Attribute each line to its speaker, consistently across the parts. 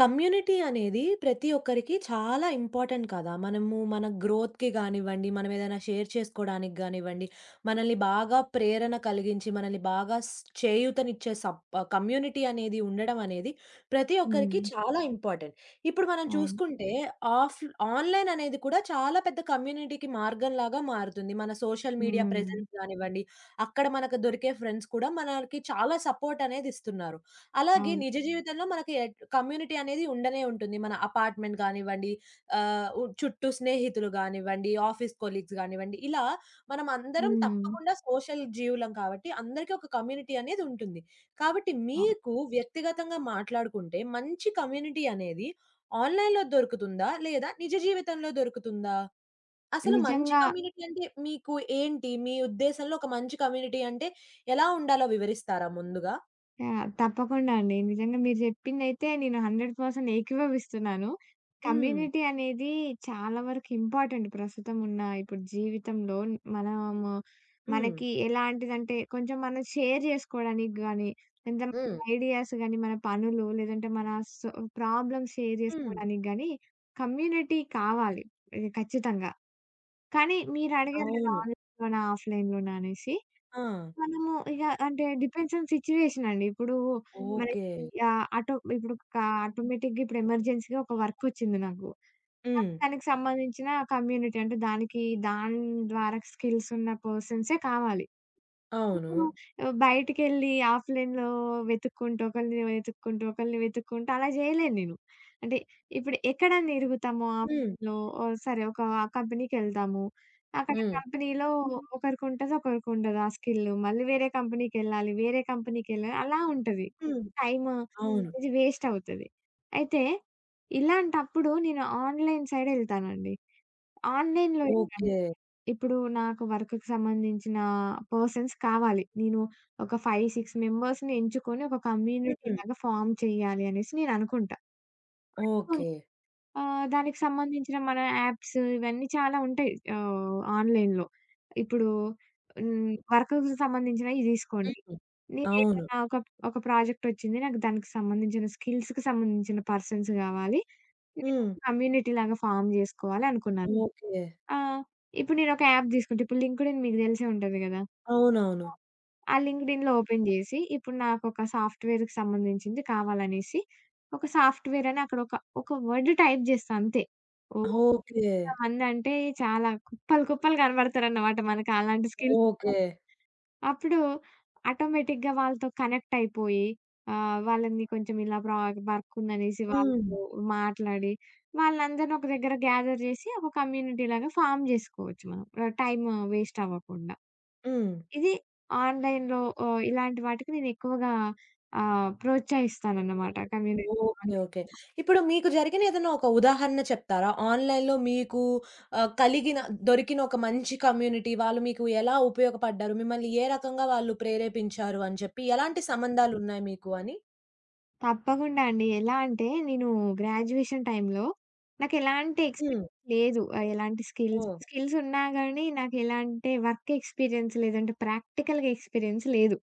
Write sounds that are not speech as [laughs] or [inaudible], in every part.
Speaker 1: Community అనేది ప్రతి ఒక్కరికి చాలా ఇంపార్టెంట్ కదా! మనము మన గ్రోత్‌కి గానివ్వండి, మనం ఏదైనా షేర్ చేసుకోడానికి గానివ్వండి, మనల్ని బాగా ప్రేరణ కలిగించి, మనల్ని బాగా చేయూతనిచ్చే కమ్యూనిటీ అనేది ఉండడం అనేది ప్రతి ఒక్కరికి
Speaker 2: హ్మ్.
Speaker 1: చాలా ఇంపార్టెంట్. ఇప్పుడు మనం
Speaker 2: అవును.
Speaker 1: చూసుకుంటే ఆఫ్ ఆన్‌లైన్ అనేది కూడా చాలా పెద్ద కమ్యూనిటీకి మార్గంలాగా మారుతుంది. మన సోషల్ మీడియా
Speaker 2: హ్మ్.
Speaker 1: ప్రెజెన్స్ గానివ్వండి, అక్కడ మనకు దొరికే ఫ్రెండ్స్ కూడా మనకి చాలా సపోర్ట్ అనేది ఇస్తున్నారు. అలాగే
Speaker 2: అవును.
Speaker 1: నిజ జీవితంలో మనకి కమ్యూనిటీ అనేది ఉండనే ఉంటుంది. మన అపార్ట్‌మెంట్ గానివ్వండి, ఆహ్, ఉ చుట్టూ స్నేహితులు గానివ్వండి, ఆఫీస్ కొలీగ్స్ గానివ్వండి, ఇలా మనం అందరం
Speaker 2: హ్మ్.
Speaker 1: తప్పకుండా సోషల్ జీవులం కాబట్టి, అందరికీ ఒక కమ్యూనిటీ అనేది ఉంటుంది. కాబట్టి
Speaker 2: అవును.
Speaker 1: మీకు వ్యక్తిగతంగా మాట్లాడుకుంటే, మంచి కమ్యూనిటీ అనేది ఆన్‌లైన్‌లో దొరుకుతుందా? లేదా నిజ జీవితంలో దొరుకుతుందా? అసలు మంచి
Speaker 2: నిజంగా
Speaker 1: కమ్యూనిటీ అంటే మీకు ఏంటి? మీ ఉద్దేశంలో ఒక మంచి కమ్యూనిటీ అంటే ఎలా ఉండాలో వివరిస్తారా ముందుగా?
Speaker 2: యాహ్! తప్పకుండా అండి. నిజంగా మీరు చెప్పిందైతే నేను 100% ఏకీభవిస్తున్నాను.
Speaker 1: హ్మ్.
Speaker 2: కమ్యూనిటీ అనేది చాలా వరకు ఇంపార్టెంట్ ప్రస్తుతం ఉన్న ఇప్పుడు జీవితంలో. మనము
Speaker 1: హ్మ్.
Speaker 2: మనకి ఎలాంటిదంటే కొంచెం మనం షేర్ జేసుకోవడానికి గానీ, లేదంటే
Speaker 1: హ్మ్.
Speaker 2: మన ఐడియాస్ గానీ, మన పనులు లేదంటే మన సొ ప్రాబ్లమ్స్ షేర్
Speaker 1: హ్మ్.
Speaker 2: జేసుకోవడానికి గానీ కమ్యూనిటీ కావాలి. ఇది ఖచ్చితంగా. కానీ మీరడిగారు గదా!
Speaker 1: అవును.
Speaker 2: ఆన్‌లైన్‌లోనా? ఆఫ్‌లైన్‌లోనా? అనేసి.
Speaker 1: ఆ!
Speaker 2: మనము ఇగ అంటే డిపెండ్స్ ఆన్ సిట్యుయేషన్ అండి. ఇప్పుడు మనకి
Speaker 1: ఓకే.
Speaker 2: ఆహ్, ఆటో ఇప్పుడు కా ఆటోమేటిక్‌గా ఇప్పుడు ఎమర్జెన్సీగా ఒక వర్కొచ్చింది నాకు. నాకు
Speaker 1: హ్మ్.
Speaker 2: దానికి సంబంధించిన కమ్యూనిటీ అంటే దాని ద్వారా స్కిల్స్ ఉన్న పర్సన్సే కావాలి.
Speaker 1: అవును.
Speaker 2: బయటికెళ్ళి ఆఫ్‌లైన్‌లో వెతుక్కుంటూ, ఒకళ్ళని వెతుక్కుంటూ, ఒకళ్ళని వెతుక్కుంటూ అలా జేయలేను నేను. అంటే ఇప్పుడు ఎక్కడని తిరుగుతాము
Speaker 1: హ్మ్.
Speaker 2: ఆఫ్‌లైన్‌లో? ఓహ్! సరే ఒక కంపెనీకెళ్తాము. అక్కడ
Speaker 1: హ్మ్.
Speaker 2: కంపెనీలో ఒకరికుంటది, ఒకరికుండదు ఆ స్కిల్. మళ్ళీ వేరే కంపెనీకెళ్ళాలి, వేరే కంపెనీకెళ్ళాలి అలా ఉంటది.
Speaker 1: హ్మ్.
Speaker 2: టైమ్
Speaker 1: అవును.
Speaker 2: ఇది వేస్ట్ అవుతది. అయితే ఇలాంటప్పుడు నేను ఆన్‌లైన్ సైడ్ ఎళ్తానండి. ఆన్‌లైన్‌లో ఎళ్ళాను.
Speaker 1: ఓకే.
Speaker 2: ఇప్పుడు నాకు వర్క్‌కి సంబంధించిన పర్సన్స్ కావాలి. నేను ఒక 5, 6 మెంబర్స్‌ని ఎంచుకొని ఒక కమ్యూనిటీ
Speaker 1: హ్మ్.
Speaker 2: లాగా ఫార్మ్ చేయాలి అనేసి నేననుకుంటా. So,
Speaker 1: okay.
Speaker 2: దానికి సంబంధించిన మన యాప్స్ ఇవన్నీ చాలా ఉంటాయి. ఆన్‌లైన్‌లో. ఇప్పుడు హ్మ్. వర్క్‌కి సంబంధించినయి తీసుకోండి.
Speaker 1: హ్మ్. అవును.
Speaker 2: నేనేమన్నా ఒక, ఒక ప్రాజెక్ట్ వచ్చింది. నాకు దానికి సంబంధించిన స్కిల్స్‌కి సంబంధించిన పర్సన్స్ గావాలి. నేను
Speaker 1: హ్మ్.
Speaker 2: ఒక కమ్యూనిటీ లాగా ఫార్మ్ జేసుకోవాలి అనుకున్నాను.
Speaker 1: ఓకే.
Speaker 2: ఆ! ఇప్పుడు నేనొక యాప్ తీసుకుంటే ఇప్పుడు లింక్డ్ఇన్ మీకు తెలిసే ఉంటది గదా!
Speaker 1: అవునవును.
Speaker 2: ఆ లింక్డ్ఇన్‌లో ఓపెన్ జేసి, ఇప్పుడు నాకొక సాఫ్ట్‌వేర్‌కి సంబంధించింది కావాలనేసి, ఒక సాఫ్ట్‌వేర్ అని అక్కడ ఒక, ఒక వర్డ్ టైప్ జేస్తా అంతే. ఓహ్!
Speaker 1: ఓకే.
Speaker 2: ఎంతమందంటే చాలా కుప్పలు, కుప్పలు కనబడతారన్నమాట మనకి అలాంటి స్కిల్స్ ఉన్న
Speaker 1: ఓకే.
Speaker 2: వాళ్ళు. అప్పుడు ఆటోమేటిక్‌గా వాళ్ళతో కనెక్ట్ అయిపోయి, వాళ్ళని కొంచెం ఇలా వర్క్ ఉందనేసి
Speaker 1: హ్మ్.
Speaker 2: వాళ్ళతో మాట్లాడి, వాళ్ళందరిని ఒక దగ్గర గ్యాదర్ జేసి, ఒక కమ్యూనిటీ లాగా ఫార్మ్ జేసుకోవచ్చు మనం. టైమ్ వేస్ట్ అవ్వకుండా.
Speaker 1: హ్మ్.
Speaker 2: ఇది ఆన్‌లైన్‌లో. ఇలాంటి వాటికి నేనెక్కువగా ప్రోత్సహిస్తానన్నమాట. Community
Speaker 1: okay.
Speaker 2: Online
Speaker 1: okay. ఇప్పుడు మీకు జరిగిన ఏదైనా ఒక ఉదాహరణ చెప్తారా? ఆన్‌లైన్‌లో మీకు ఆహ్, కలిగిన దొరికిన ఒక మంచి కమ్యూనిటీ వాళ్ళు మీకు ఎలా ఉపయోగపడ్డారు? మిమ్మల్ని ఏ రకంగా వాళ్ళు ప్రేరేపించారు అని చెప్పి ఎలాంటి సంబంధాలున్నాయి మీకు అని?
Speaker 2: తప్పకుండా అండి. ఎలా అంటే నేను గ్రాడ్యుయేషన్ టైమ్‌లో నాకెలాంటి
Speaker 1: హ్మ్.
Speaker 2: ఎక్స్‌పీరియన్స్ లేదు. ఎలాంటి స్కిల్స్,
Speaker 1: ఓహ్!
Speaker 2: స్కిల్స్ ఉన్నా గానీ నాకెలాంటి వర్క్ ఎక్స్‌పీరియన్స్ లేదంటే ప్రాక్టికల్‌గా ఎక్స్‌పీరియన్స్ లేదు.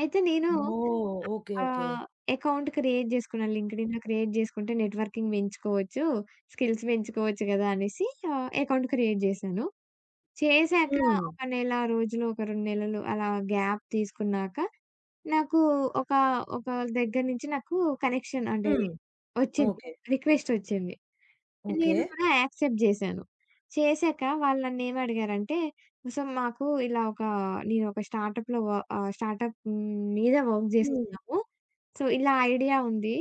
Speaker 2: అయితే నేను
Speaker 1: ఓహ్! ఓకే. ఓకే.
Speaker 2: ఆహ్, అకౌంట్ క్రియేట్ జేసుకున్నాను. లింక్డ్ఇన్‌లో క్రియేట్ జేసుకుంటే నెట్వర్కింగ్ పెంచుకోవచ్చు, స్కిల్స్ పెంచుకోవచ్చు గదా! అనేసి అకౌంట్ క్రియేట్ జేశాను. చేశాక
Speaker 1: హ్మ్.
Speaker 2: ఒక నెల రోజులు, ఒక 2 నెలలు అలా గ్యాప్ తీసుకున్నాక నాకు ఒక, ఒక దగ్గర నుంచి నాకు కనెక్షన్ అంటే
Speaker 1: హ్మ్.
Speaker 2: వచ్చింది.
Speaker 1: ఓకే.
Speaker 2: రిక్వెస్టొచ్చింది.
Speaker 1: ఓకే.
Speaker 2: నేను కూడా యాక్సెప్ట్ జేశాను. చేశాక వాళ్ళు నన్నేమడిగారంటే, "సో, మాకు ఇలా ఒక "నేనొక స్టార్టప్ మీద వర్క్
Speaker 1: హ్మ్.
Speaker 2: జేస్తున్నాము. సో, ఇలా ఐడియా ఉంది.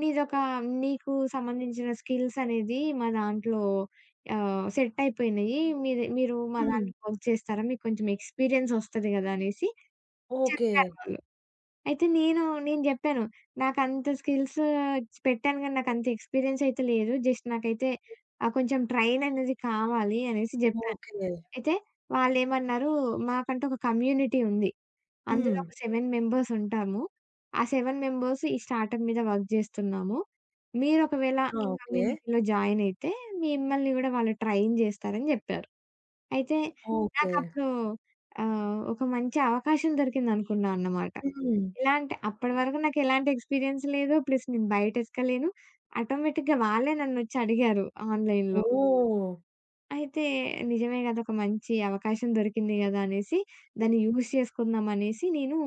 Speaker 2: నీదొక నీకు సంబంధించిన స్కిల్స్ అనేది మా దాంట్లో సెట్ అయిపోయినయి. మీది మీరు మా
Speaker 1: హ్మ్.
Speaker 2: దాంట్లో వర్క్ చేస్తారా? మీకు కొంచెం ఎక్స్‌పీరియన్స్ ఒస్తది గదా!" అనేసి
Speaker 1: ఓకే.
Speaker 2: చెప్పారు వాళ్ళు. అయితే నేను జెప్పాను. నాకంత స్కిల్స్ పెట్టాను గానీ, నాకంత ఎక్స్‌పీరియన్స్ అయితే లేదు. జస్ట్ నాకైతే కొంచెం ట్రైన్ అనేది కావాలి అనేసి జెప్పాను.
Speaker 1: ఓకే.
Speaker 2: అయితే వాళ్ళేమన్నారు, "మాకంటూ ఒక కమ్యూనిటీ ఉంది. అందులో
Speaker 1: హ్మ్.
Speaker 2: ఒక 7 మెంబర్స్ ఉంటాము. ఆ 7 మెంబర్స్ ఈ స్టార్టప్ మీద వర్క్ జేస్తున్నాము. మీరొకవేళ
Speaker 1: ఆ!
Speaker 2: ఈ
Speaker 1: ఓకే.
Speaker 2: కమ్యూనిటీలో జాయిన్ అయితే, మిమ్మల్ని గూడా వాళ్ళు ట్రైన్ జేస్తారని" జెప్పారు. అయితే
Speaker 1: ఓకే.
Speaker 2: నాకప్పుడు ఒక మంచి అవకాశం దొరికిందనుకున్నా అన్నమాట.
Speaker 1: హ్మ్.
Speaker 2: ఎలాంటి అప్పటి వరకు నాకెలాంటి ఎక్స్‌పీరియన్స్ లేదు. ప్లస్ నేను బయటెతకలేను. ఆటోమేటిక్‌గా వాళ్ళే నన్నొచ్చి అడిగారు ఆన్‌లైన్‌లో.
Speaker 1: ఓహ్!
Speaker 2: అయితే నిజమే గదా! ఒక మంచి అవకాశం దొరికింది గదా! అనేసి దాన్ని యూజ్ చేసుకుందాం అనేసి నేను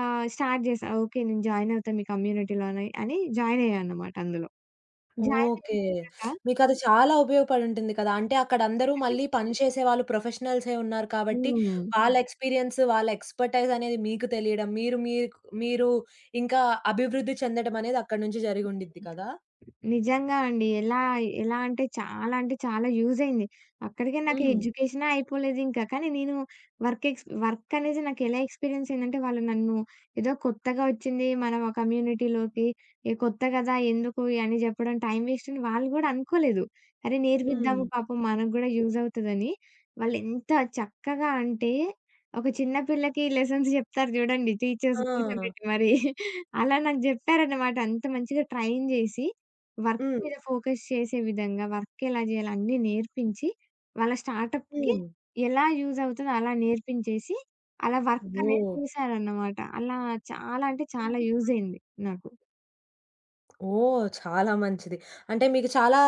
Speaker 2: స్టార్ట్ జేశా. ఓకే. నేను జాయిన్ అవుతా మీ కమ్యూనిటీలో అని అని జాయిన్ అయ్యా అన్నమాట అందులో. Join
Speaker 1: okay.
Speaker 2: అయిపోయాక
Speaker 1: మీకది చాలా ఉపయోగపడుంటుంది కదా! అంటే అక్కడందరూ మళ్ళీ పని చేసేవాళ్ళు ప్రొఫెషనల్సే ఉన్నారు కాబట్టి,
Speaker 2: హ్మ్.
Speaker 1: వాళ్ళ ఎక్స్‌పీరియన్స్, వాళ్ళ ఎక్స్‌పర్‌టైజ్ అనేది మీకు తెలియడం, మీరు ఇంకా అభివృద్ధి చెందడం అనేది అక్కడి నుంచి జరిగుండిద్ది కదా!
Speaker 2: నిజంగా అండి. ఎలా అంటే చాలా యూజ్ అయింది. అక్కడికే నాకు
Speaker 1: హ్మ్.
Speaker 2: ఎడ్యుకేషనే అయిపోలేదింకా. కానీ నేను వర్క్ అనేది నాకు ఎలా ఎక్స్‌పీరియన్స్ అయిందంటే వాళ్ళు నన్ను ఏదో కొత్తగా వచ్చింది మన కమ్యూనిటీలోకి, ఏ కొత్త కదా! ఎందుకు అని చెప్పడం టైం వేస్ట్ అని వాళ్ళు గూడా అనుకోలేదు. అరే!
Speaker 1: హ్మ్.
Speaker 2: నేర్పిద్దాము పాపం మనకు గూడా యూజ్ అవుతదని. వాళ్ళెంత చక్కగా అంటే ఒక చిన్న పిల్లకి లెసన్స్ చెప్తారు చూడండి టీచర్స్
Speaker 1: ఆ!
Speaker 2: కూర్చోబెట్టి మరి. అలా నాకు చెప్పారన్నమాట. అంత మంచిగా ట్రైన్ చేసి వర్క్
Speaker 1: హ్మ్.
Speaker 2: మీద ఫోకస్ చేసే విధంగా, వర్క్ ఎలా జేయాలి అన్నీ నేర్పించి, వాళ్ళ స్టార్టప్‌కి
Speaker 1: హ్మ్.
Speaker 2: ఎలా యూజ్ అవుతదో అలా నేర్పించేసి, అలా వర్క్ అనేది
Speaker 1: ఓహ్!
Speaker 2: చేశారన్నమాట. అలా చాలా యూజ్ అయింది నాకు.
Speaker 1: ఓహ్! చాలా మంచిది. అంటే మీకు చాలా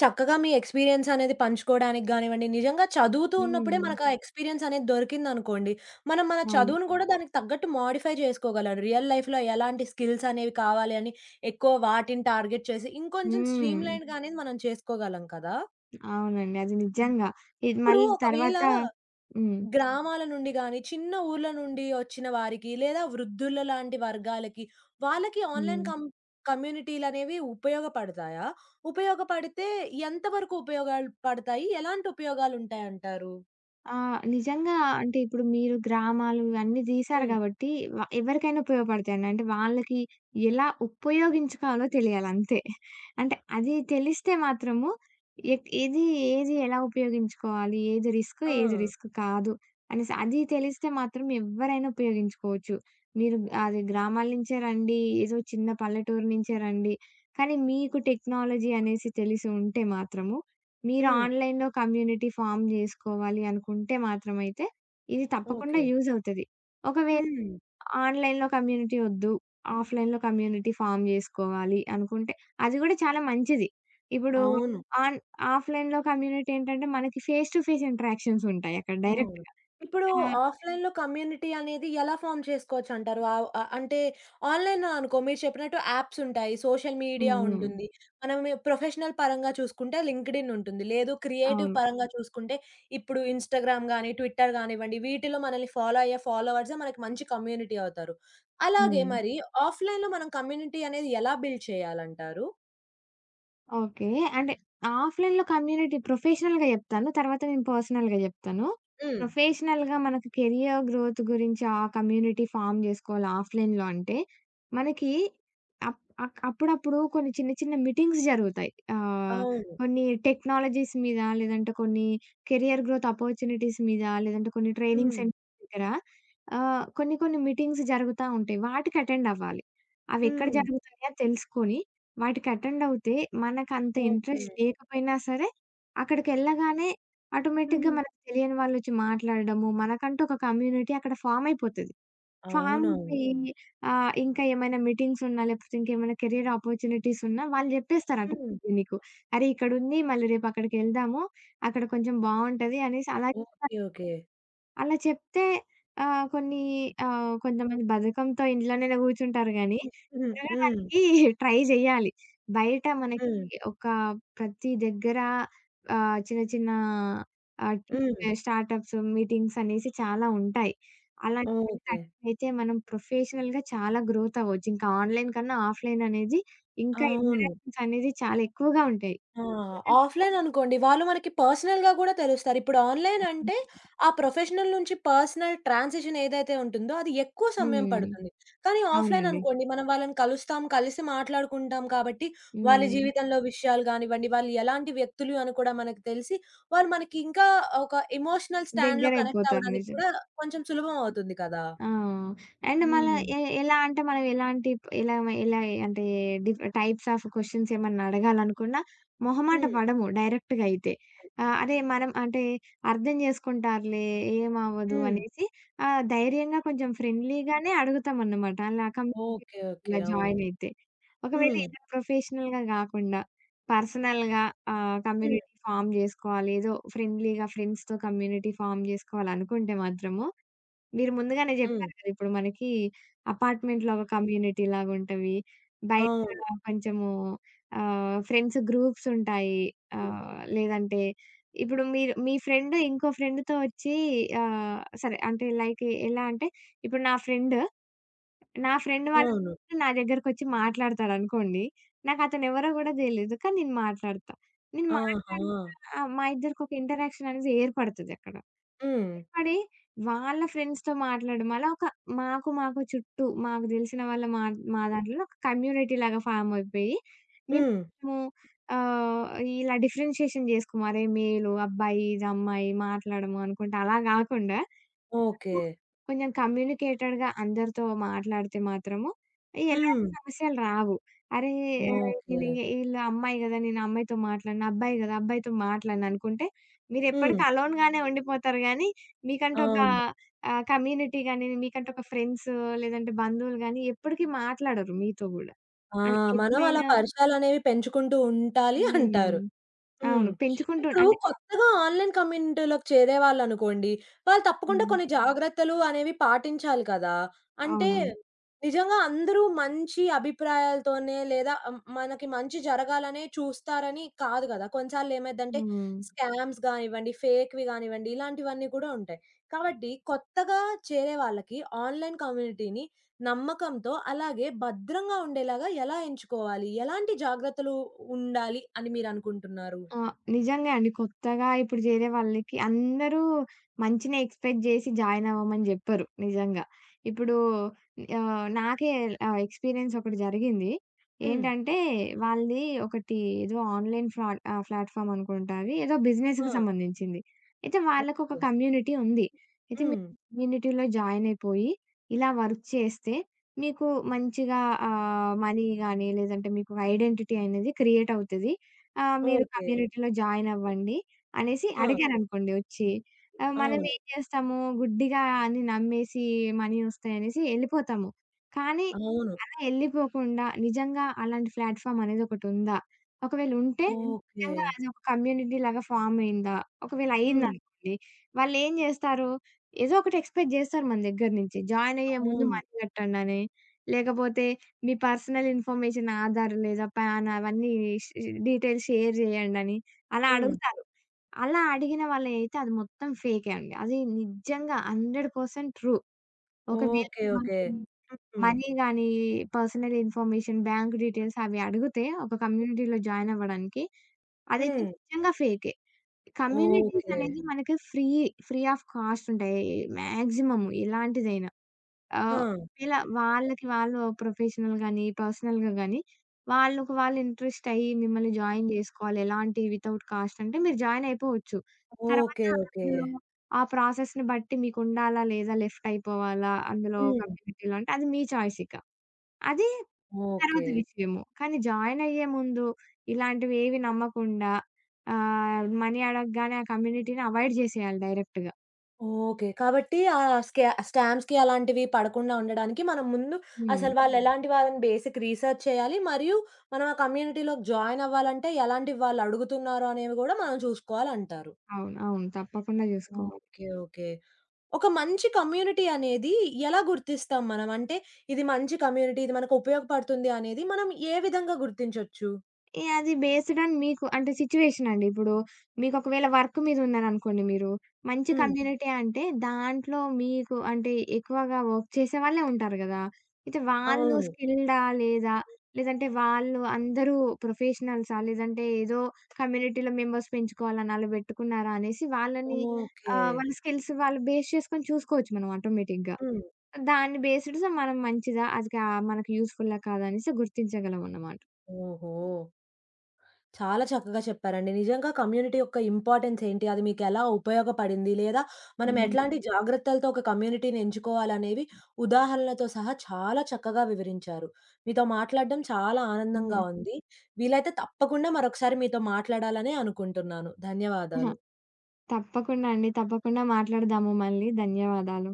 Speaker 1: చక్కగా మీ ఎక్స్‌పీరియన్స్ అనేది పంచుకోవడానికి గానివ్వండి, నిజంగా చదువుతూ ఉన్నప్పుడే
Speaker 2: హ్మ్.
Speaker 1: మనకు అవును. ఎక్స్‌పీరియన్స్ అనేది దొరికిందనుకోండి, మనం మన చదువును
Speaker 2: అవును.
Speaker 1: అవును. గూడా దానికి తగ్గట్టు మోడిఫై చేసుకోగలం. రియల్ లైఫ్‌లో ఎలాంటి స్కిల్స్ అనేవి కావాలి అని ఎక్కువ వాటిని టార్గెట్ చేసి, ఇంకొంచెం
Speaker 2: హ్మ్.
Speaker 1: స్ట్రీమ్ లైన్‌గా అనేది మనం చేసుకోగలం కదా!
Speaker 2: అవునండి. అది నిజంగా. ఇది
Speaker 1: ఇప్పుడు
Speaker 2: మళ్ళీ
Speaker 1: ఒకవేళ
Speaker 2: తర్వాత హ్మ్.
Speaker 1: గ్రామాల నుండి గాని, చిన్న ఊర్ల నుండి వచ్చిన వారికి, లేదా వృద్ధుల లాంటి వర్గాలకి, వాళ్ళకి ఆన్‌లైన్
Speaker 2: హ్మ్.
Speaker 1: కమ్యూనిటీలనేవి ఉపయోగపడతాయా? ఉపయోగపడితే ఎంత వరకు ఉపయోగాలు పడతాయి? ఎలాంటి ఉపయోగాలుంటాయంటారు?
Speaker 2: ఆ! నిజంగా అంటే ఇప్పుడు మీరు గ్రామాలు ఇవన్నీ తీశారు
Speaker 1: హ్మ్.
Speaker 2: కాబట్టి ఎవరికైనా ఉపయోగపడతాయండి. అంటే వాళ్ళకి ఎలా ఉపయోగించుకోవాలో తెలియాలంతే. అంటే అది తెలిస్తే మాత్రము ఎక్ ఏది ఏది ఎలా ఉపయోగించుకోవాలి? ఏది రిస్క్,
Speaker 1: ఆ!
Speaker 2: ఏది రిస్క్ కాదు అనేసి అది తెలిస్తే మాత్రం ఎవ్వరైనా ఉపయోగించుకోవచ్చు. మీరు అది గ్రామాల నుంచే రండి, ఏదో చిన్న పల్లెటూరు నుంచే రండి. కానీ మీకు టెక్నాలజీ అనేసి తెలిసి ఉంటే మాత్రము మీరు
Speaker 1: హ్మ్.
Speaker 2: ఆన్‌లైన్‌లో కమ్యూనిటీ ఫార్మ్ జేసుకోవాలి అనుకుంటే మాత్రమైతే, ఇది తప్పకుండా
Speaker 1: ఓకే.
Speaker 2: యూజ్ అవుతది. ఒకవేళ
Speaker 1: హ్మ్.
Speaker 2: ఆన్‌లైన్‌లో కమ్యూనిటీ ఒద్దు, ఆఫ్‌లైన్‌లో కమ్యూనిటీ ఫార్మ్ జేసుకోవాలి అనుకుంటే, అది గూడా చాలా మంచిది. ఇప్పుడు
Speaker 1: అవును.
Speaker 2: ఆన్ ఆఫ్‌లైన్‌లో కమ్యూనిటీ ఏంటంటే, మనకి ఫేస్ టు ఫేస్ ఇంటరాక్షన్స్ ఉంటాయి అక్కడ
Speaker 1: అవును.
Speaker 2: డైరెక్ట్‌గా.
Speaker 1: ఇప్పుడు
Speaker 2: ఆ!
Speaker 1: ఆఫ్‌లైన్‌లో కమ్యూనిటీ అనేది ఎలా ఫార్మ్ చేసుకోవచ్చంటారు? అంటే ఆన్‌లైన్‌లో అనుకో మీరు చెప్పినట్టు యాప్స్ ఉంటాయి. సోషల్ మీడియా
Speaker 2: హ్మ్. హ్మ్.
Speaker 1: ఉంటుంది. మనం ప్రొఫెషనల్ పరంగా చూసుకుంటే లింక్డ్ఇన్ ఉంటుంది. లేదు క్రియేటివ్
Speaker 2: అవును.
Speaker 1: పరంగా చూసుకుంటే ఇప్పుడు ఇన్‌స్టాగ్రామ్ గాని, ట్విట్టర్ గానివ్వండి వీటిలో మనల్ని ఫాలో అయ్యే ఫాలోవర్సే మనకి మంచి కమ్యూనిటీ అవుతారు. అలాగే
Speaker 2: హ్మ్.
Speaker 1: మరి ఆఫ్‌లైన్‌లో మనం కమ్యూనిటీ అనేది ఎలా బిల్డ్ చేయాలంటారు?
Speaker 2: ఓకే. అంటే ఆఫ్‌లైన్‌లో కమ్యూనిటీ ప్రొఫెషనల్‌గా జెప్తాను. తర్వాత నేను పర్సనల్‌గా జెప్తాను.
Speaker 1: హ్మ్.
Speaker 2: ప్రొఫెషనల్‌గా మనకు కెరియర్ గ్రోత్ గురించి ఆ కమ్యూనిటీ ఫార్మ్ జేసుకోవాలి ఆఫ్‌లైన్‌లో అంటే, మనకి అప్ అప్పుడప్పుడు కొన్ని చిన్న చిన్న మీటింగ్స్ జరుగుతాయి.
Speaker 1: అవును.
Speaker 2: కొన్ని టెక్నాలజీస్ మీద, లేదంటే కొన్ని కెరియర్ గ్రోత్ అపార్చునిటీస్ మీద, లేదంటే కొన్ని ట్రైనింగ్
Speaker 1: హ్మ్.
Speaker 2: సెంటర్ దగ్గర కొన్ని కొన్ని మీటింగ్స్ జరుగుతా ఉంటాయి. వాటికి అటెండ్ అవ్వాలి. అవెక్కడ
Speaker 1: హ్మ్.
Speaker 2: జరుగుతాయో తెలుసుకొని వాటికి అటెండ్ అవుతే మనకంత
Speaker 1: ఓకే.
Speaker 2: ఇంట్రెస్ట్ లేకపోయినా సరే, అక్కడికెళ్ళగానే ఆటోమేటిక్‌గా
Speaker 1: హ్మ్.
Speaker 2: మనకు తెలియని వాళ్ళొచ్చి మాట్లాడడము, మనకంటూ ఒక కమ్యూనిటీ అక్కడ ఫార్మ్ అయిపోతది. ఫార్మ్
Speaker 1: అవునవును.
Speaker 2: అయిపోయి ఇంకా ఏమైనా మీటింగ్స్ ఉన్నా, లేకపోతే ఇంకేమైనా కెరియర్ ఆపర్చునిటీస్ ఉన్నా వాళ్ళు జెప్పేస్తారట
Speaker 1: హ్మ్.
Speaker 2: నీకు. "అరే! ఇక్కడుంది. మళ్ళీ రేపు అక్కడికెళ్దాము. అక్కడ కొంచెం బావుంటది" అనేసి అలా
Speaker 1: ఓకే. ఓకే.
Speaker 2: అలా చెప్తే ఆహ్, కొన్ని కొంతమంది బద్ధకంతో ఇంట్లోనే కూర్చుంటారు గానీ,
Speaker 1: హ్మ్. హ్మ్.
Speaker 2: తిరగడానికి ట్రై జేయాలి. బయట
Speaker 1: హ్మ్.
Speaker 2: మనకి ప్రతి దగ్గర చిన్న చిన్న ఆహ్, టీ
Speaker 1: హ్మ్.
Speaker 2: స్టార్టప్స్, మీటింగ్స్ అనేసి చాలా ఉంటాయి. అలాంటి వాటికి
Speaker 1: ఓకే.
Speaker 2: అటెండ్ అయితే మనం ప్రొఫెషనల్‌గా చాలా గ్రోత్ అవ్వచ్చు. ఇంకా ఆన్‌లైన్ కన్నా ఆఫ్‌లైన్ అనేది ఇంకా
Speaker 1: అవును.
Speaker 2: ఇంటరాక్షన్స్ అనేది చాలా ఎక్కువగా ఉంటాయి.
Speaker 1: ఆ!
Speaker 2: [laughs] ఎందుకంటే
Speaker 1: ఆఫ్‌లైన్ అనుకోండి వాళ్ళు మనకి పర్సనల్‌గా గూడా తెలుస్తారు. ఇప్పుడు ఆన్‌లైన్ అంటే ఆ ప్రొఫెషనల్ నుంచి పర్సనల్ ట్రాన్సిషన్ ఏదైతే ఉంటుందో అది ఎక్కువ సమయం
Speaker 2: హ్మ్.
Speaker 1: పడుతుంది. కానీ ఆఫ్‌లైన్
Speaker 2: అవునండి.
Speaker 1: అనుకోండి మనం వాళ్ళని కలుస్తాం, కలిసి మాట్లాడుకుంటాం కాబట్టి వాళ్ళ
Speaker 2: హ్మ్.
Speaker 1: జీవితంలో విషయాలు గానివ్వండి, వాళ్ళు ఎలాంటి వ్యక్తులు అని కూడా మనకు తెలిసి వాళ్ళు మనకి ఇంకా ఒక ఎమోషనల్ స్టాండ్‌లో కనెక్ట్
Speaker 2: దగ్గరైపోతారు.
Speaker 1: అవ్వడానికి
Speaker 2: నిజం.
Speaker 1: కూడా కొంచెం సులభం అవుతుంది కదా!
Speaker 2: ఆ! అండ్ మళ్ళా
Speaker 1: హ్మ్.
Speaker 2: ఎ ఎలా అంటే మనం ఎలాంటి ఎలా ఎలా అంటే డిఫ్ టైప్స్ ఆఫ్ క్వెషన్స్ ఏమన్నా అడగాలనుకున్నా మొహమాట
Speaker 1: హ్మ్.
Speaker 2: పడము డైరెక్ట్‌గా అయితే. అదే మనం అంటే అర్థం చేసుకుంటారులే ఏమవ్వదు
Speaker 1: హ్మ్.
Speaker 2: అనేసి ధైర్యంగా కొంచెం ఫ్రెండ్లీగానే అడుగుతామన్నమాట. అలా
Speaker 1: ఓకే.
Speaker 2: కమ్యూనిటీలో
Speaker 1: ఓకే.
Speaker 2: ఇలా
Speaker 1: అవును.
Speaker 2: జాయిన్ అయితే. ఒకవేళ
Speaker 1: హ్మ్.
Speaker 2: ఇలా ప్రొఫెషనల్‌గా గాకుండా పర్సనల్‌గా
Speaker 1: హ్మ్.
Speaker 2: కమ్యూనిటీ ఫార్మ్ జేసుకోవాలి. ఏదో ఫ్రెండ్లీగా ఫ్రెండ్స్‌తో కమ్యూనిటీ ఫార్మ్ జేసుకోవాలనుకుంటే మాత్రము మీరు ముందుగానే
Speaker 1: హ్మ్.
Speaker 2: జెప్పారు కదా! ఇప్పుడు మనకి అపార్ట్‌మెంట్‌లో ఒక కమ్యూనిటీ లాగుంటవి. బయట
Speaker 1: అవును.
Speaker 2: కొంచెము ఫ్రెండ్స్ గ్రూప్స్ ఉంటాయి. లేదంటే ఇప్పుడు మీరు మీ ఫ్రెండ్ ఇంకో ఫ్రెండ్‌తో వచ్చి ఆహ్, సరే అంటే లైక్ ఎలా అంటే ఇప్పుడు నా ఫ్రెండ్ వాళ్ళ
Speaker 1: అవును.
Speaker 2: ఫ్రెండ్ నా దగ్గరకొచ్చి మాట్లాడతాడనుకోండి. నాకతనెవరో గూడా తెలీదు. కానీ నేను మాట్లాడతా. నేను మాట్లాడినా
Speaker 1: ఆహా!
Speaker 2: మా ఇద్దరికొక ఇంటరాక్షన్ అనేది ఏర్పడతదక్కడ.
Speaker 1: హ్మ్.
Speaker 2: పడి వాళ్ళ ఫ్రెండ్స్‌తో మాట్లాడడం. అలా ఒక మాకు చుట్టూ మాకు తెలిసిన వాళ్ళ మా మా దాంట్లో ఒక కమ్యూనిటీలాగా ఫార్మ్ అయిపోయి,
Speaker 1: హ్మ్.
Speaker 2: మేము ఆహ్, ఇలా డిఫరెన్షియేషన్ జేసుకోము. అరే! మేలు అబ్బాయి, ఇది అమ్మాయి మాట్లాడము అనుకుంటా అలా గాకుండా
Speaker 1: ఓకే.
Speaker 2: కొంచెం కమ్యూనికేటెడ్‌గా అందరితో మాట్లాడితే మాత్రము ఎలాంటి
Speaker 1: హ్మ్.
Speaker 2: సమస్యలు రావు. అరే! ఆహ్,
Speaker 1: ఓకే.
Speaker 2: నేను ఈళ్ళ అమ్మాయి గదా! నేను అమ్మాయితో మాట్లాడను. అబ్బాయి గదా! అబ్బాయితో మాట్లాడను అనుకుంటే
Speaker 1: హ్మ్.
Speaker 2: మీరెప్పటికి అలోన్‌గానే ఉండిపోతారు గానీ, మీకంటూ ఒక
Speaker 1: అవును.
Speaker 2: కమ్యూనిటీ గాని, మీకంటూ ఒక ఫ్రెండ్స్ లేదంటే బంధువులు గాని ఎప్పటికి మాట్లాడరు మీతో గూడా.
Speaker 1: ఆ!
Speaker 2: అన్
Speaker 1: మనం అలా
Speaker 2: ఎప్పుడైనా
Speaker 1: పరిచయాలనేవి పెంచుకుంటూ ఉండాలి
Speaker 2: హ్మ్.
Speaker 1: అంటారు. హ్మ్.
Speaker 2: అవును. పెంచుకుంటూ
Speaker 1: ఇప్పుడు
Speaker 2: అంటే
Speaker 1: కొత్తగా ఆన్‌లైన్ కమ్యూనిటీలోకి చేరేవాళ్ళనుకోండి, వాళ్ళు తప్పకుండా
Speaker 2: హ్మ్.
Speaker 1: కొన్ని జాగ్రత్తలు అనేవి పాటించాలి కదా! అంటే
Speaker 2: అవునవును.
Speaker 1: నిజంగా అందరూ మంచి అభిప్రాయాలతోనే లేదా మనకి మంచి జరగాలనే చూస్తారని కాదు గదా! కొన్నిసార్లు ఏమైద్దంటే
Speaker 2: హ్మ్.
Speaker 1: స్కామ్స్ గానివ్వండి, ఫేక్‌వి గానివ్వండి ఇలాంటివన్నీ కూడా ఉంటాయి. కాబట్టి కొత్తగా చేరే వాళ్ళకి ఆన్‌లైన్ కమ్యూనిటీని నమ్మకంతో అలాగే భద్రంగా ఉండేలాగా ఎలా ఎంచుకోవాలి? ఎలాంటి జాగ్రత్తలు ఉండాలి అని మీరనుకుంటున్నారు?
Speaker 2: ఆ! నిజంగా అండి. కొత్తగా ఇప్పుడు చేరే వాళ్ళకి అందరూ మంచినే ఎక్స్‌పెక్ట్ జేసి జాయిన్ అవ్వమని జెప్పరు నిజంగా. ఇప్పుడు నాకే ఎక్స్‌పీరియన్స్ ఒకటి జరిగింది.
Speaker 1: హ్మ్.
Speaker 2: ఏంటంటే వాళ్ళది ఒకటి ఏదో ఆన్‌లైన్ ప్లాట్‌ఫార్మ్ అనుకుంటా అది. ఏదో
Speaker 1: ఆ!
Speaker 2: బిజినెస్‌కి సంబంధించింది. అయితే వాళ్ళకొక
Speaker 1: ఓకే.
Speaker 2: కమ్యూనిటీ ఉంది. అయితే మీరు
Speaker 1: హ్మ్.
Speaker 2: కమ్యూనిటీలో జాయిన్ అయిపోయి ఇలా వర్క్ చేస్తే మీకు మంచిగా మనీ గాని లేదంటే మీకు ఐడెంటిటీ అనేది క్రియేట్ అవుతది. ఆ! మీరు
Speaker 1: ఓకే.
Speaker 2: కమ్యూనిటీలో జాయిన్ అవ్వండి అనేసి
Speaker 1: ఆ!
Speaker 2: అడిగారనుకోండి వచ్చి. మనం
Speaker 1: అవును.
Speaker 2: ఏం చేస్తాము గుడ్డిగా అని నమ్మేసి మనీ వస్తాయనేసి ఎళ్ళిపోతాము. కానీ
Speaker 1: అవును.
Speaker 2: అలా ఎళ్ళిపోకుండా నిజంగా అలాంటి ప్లాట్‌ఫార్మ్ అనేది ఒకటుందా? ఒకవేళ ఉంటే
Speaker 1: ఓకే.
Speaker 2: నిజంగా అది ఒక కమ్యూనిటీ లాగా ఫార్మ్ అయిందా? ఒకవేళ
Speaker 1: హ్మ్.
Speaker 2: అయిందనుకోండి వాళ్ళేం చేస్తారు? ఏదో ఒకటి ఎక్స్‌పెక్ట్ చేస్తారు మన దగ్గర నుంచి. జాయిన్ అయ్యే ముందు
Speaker 1: అవును.
Speaker 2: మనీ కట్టండని, లేకపోతే మీ పర్సనల్ ఇన్ఫర్మేషన్ ఆధార్ లేదా పాన్ అవన్నీ ష్ డీటెయిల్స్ షేర్ చేయండని అలా
Speaker 1: హ్మ్.
Speaker 2: అడుగుతారు. అలా అడిగిన వాళ్ళైతే అది మొత్తం ఫేకే అండి. అది నిజంగా 100% ట్రూ. ఒకవేళ
Speaker 1: ఓకే. ఓకే.
Speaker 2: మిమ్మల్ని
Speaker 1: హ్మ్.
Speaker 2: మనీ గాని, పర్సనల్ ఇన్ఫర్మేషన్, బ్యాంక్ డీటెయిల్స్ అవి అడిగితే ఒక కమ్యూనిటీలో జాయిన్ అవ్వడానికి అదైతే
Speaker 1: హ్మ్.
Speaker 2: నిజంగా ఫేకే. Communities
Speaker 1: okay.
Speaker 2: అనేది మనకి ఫ్రీ ఆఫ్ కాస్ట్ ఉంటాయి. మాక్సిమం ఎలాంటిదైనా. ఆహ్,
Speaker 1: ఆ!
Speaker 2: ఇలా వాళ్ళకి వాళ్ళు ప్రొఫెషనల్ గాని, పర్సనల్‌గా గాని వాళ్ళకి వాళ్ళు ఇంట్రెస్ట్ అయ్యి మిమ్మల్ని జాయిన్ జేసుకోవాలి. ఎలాంటి వితౌట్ కాస్ట్ అంటే మీరు జాయిన్ అయిపోవచ్చు. తర్వాత
Speaker 1: ఓకే. ఓకే.
Speaker 2: అందులో ఆ ప్రాసెస్‌ని బట్టి మీకుండాలా? లేదా? లెఫ్ట్ అయిపోవాలా? అందులో
Speaker 1: హ్మ్.
Speaker 2: కమ్యూనిటీలో అంటే అది మీ చాయిస్ ఇక. అది
Speaker 1: ఓకే.
Speaker 2: తర్వాత విషయము. కానీ జాయిన్ అయ్యే ముందు ఇలాంటివేవి నమ్మకుండా మనీ అడగగానే ఆ కమ్యూనిటీని అవాయిడ్ జేసేయాలి డైరెక్ట్‌గా.
Speaker 1: ఓకే. కాబట్టి ఆ స్కామ్స్‌కి అలాంటివి పడకుండా ఉండడానికి మనం ముందు
Speaker 2: హ్మ్.
Speaker 1: అసలు వాళ్ళెలాంటి వాళ్ళని బేసిక్ రీసెర్చ్ చేయాలి. మరియు మనం ఆ కమ్యూనిటీలోకి జాయిన్ అవ్వాలంటే ఎలాంటివి వాళ్ళు అడుగుతున్నారో అనేవి గూడా మనం చూసుకోవాలంటారు.
Speaker 2: అవును. తప్పకుండా జూసుకోవాలి.
Speaker 1: ఓకే. ఓకే. ఒక మంచి కమ్యూనిటీ అనేది ఎలా గుర్తిస్తాం మనం? అంటే ఇది మంచి కమ్యూనిటీ, ఇది మనకు ఉపయోగపడుతుంది అనేది మనం ఏ విధంగా గుర్తించొచ్చు?
Speaker 2: అది బేస్డ్ ఆన్ మీకు అంటే సిట్యుయేషన్ అండి. ఇప్పుడు మీకొకవేళ వర్క్ మీద ఉన్నారనుకోండి మీరు, మంచి హ్మ్.
Speaker 1: హ్మ్.
Speaker 2: కమ్యూనిటీ అంటే దాంట్లో మీకు అంటే ఎక్కువగా వర్క్ చేసేవాళ్ళే ఉంటారు గదా! అయితే వాళ్ళు
Speaker 1: అవును.
Speaker 2: స్కిల్డా? లేదా? లేదంటే వాళ్ళు అందరూ ప్రొఫెషనల్సా? లేదంటే ఏదో కమ్యూనిటీలో మెంబర్స్ పెంచుకోవాలని అలా బెట్టుకున్నారా? అనేసి వాళ్ళని
Speaker 1: ఓకే.
Speaker 2: వాళ్ళ స్కిల్స్ వాళ్ళు బేస్ చేసుకొని చూసుకోవచ్చు మనం ఆటోమేటిక్‌గా.
Speaker 1: హ్మ్.
Speaker 2: దాన్ని బేస్డ్ సో, మనం మంచిదా? అది కా మనకి యూజ్‌ఫుల్లా? కాదా? అనేసి గుర్తించగలమన్నమాట.
Speaker 1: ఓహో! చాలా చక్కగా చెప్పారండి. నిజంగా కమ్యూనిటీ యొక్క ఇంపార్టెన్స్ ఏంటి? అది మీకెలా ఉపయోగపడింది? లేదా మనం
Speaker 2: హ్మ్.
Speaker 1: ఎట్లాంటి జాగ్రత్తలతో ఒక కమ్యూనిటీని ఎంచుకోవాలనేవి ఉదాహరణలతో సహా చాలా చక్కగా వివరించారు. మీతో మాట్లాడడం చాలా
Speaker 2: హ్మ్.
Speaker 1: ఆనందంగా
Speaker 2: హ్మ్.
Speaker 1: ఉంది. వీలైతే తప్పకుండా మరొకసారి మీతో మాట్లాడాలనే అనుకుంటున్నాను.
Speaker 2: అహా!
Speaker 1: ధన్యవాదాలు.
Speaker 2: తప్పకుండా అండి. తప్పకుండా మాట్లాడదాము మళ్ళీ. ధన్యవాదాలు.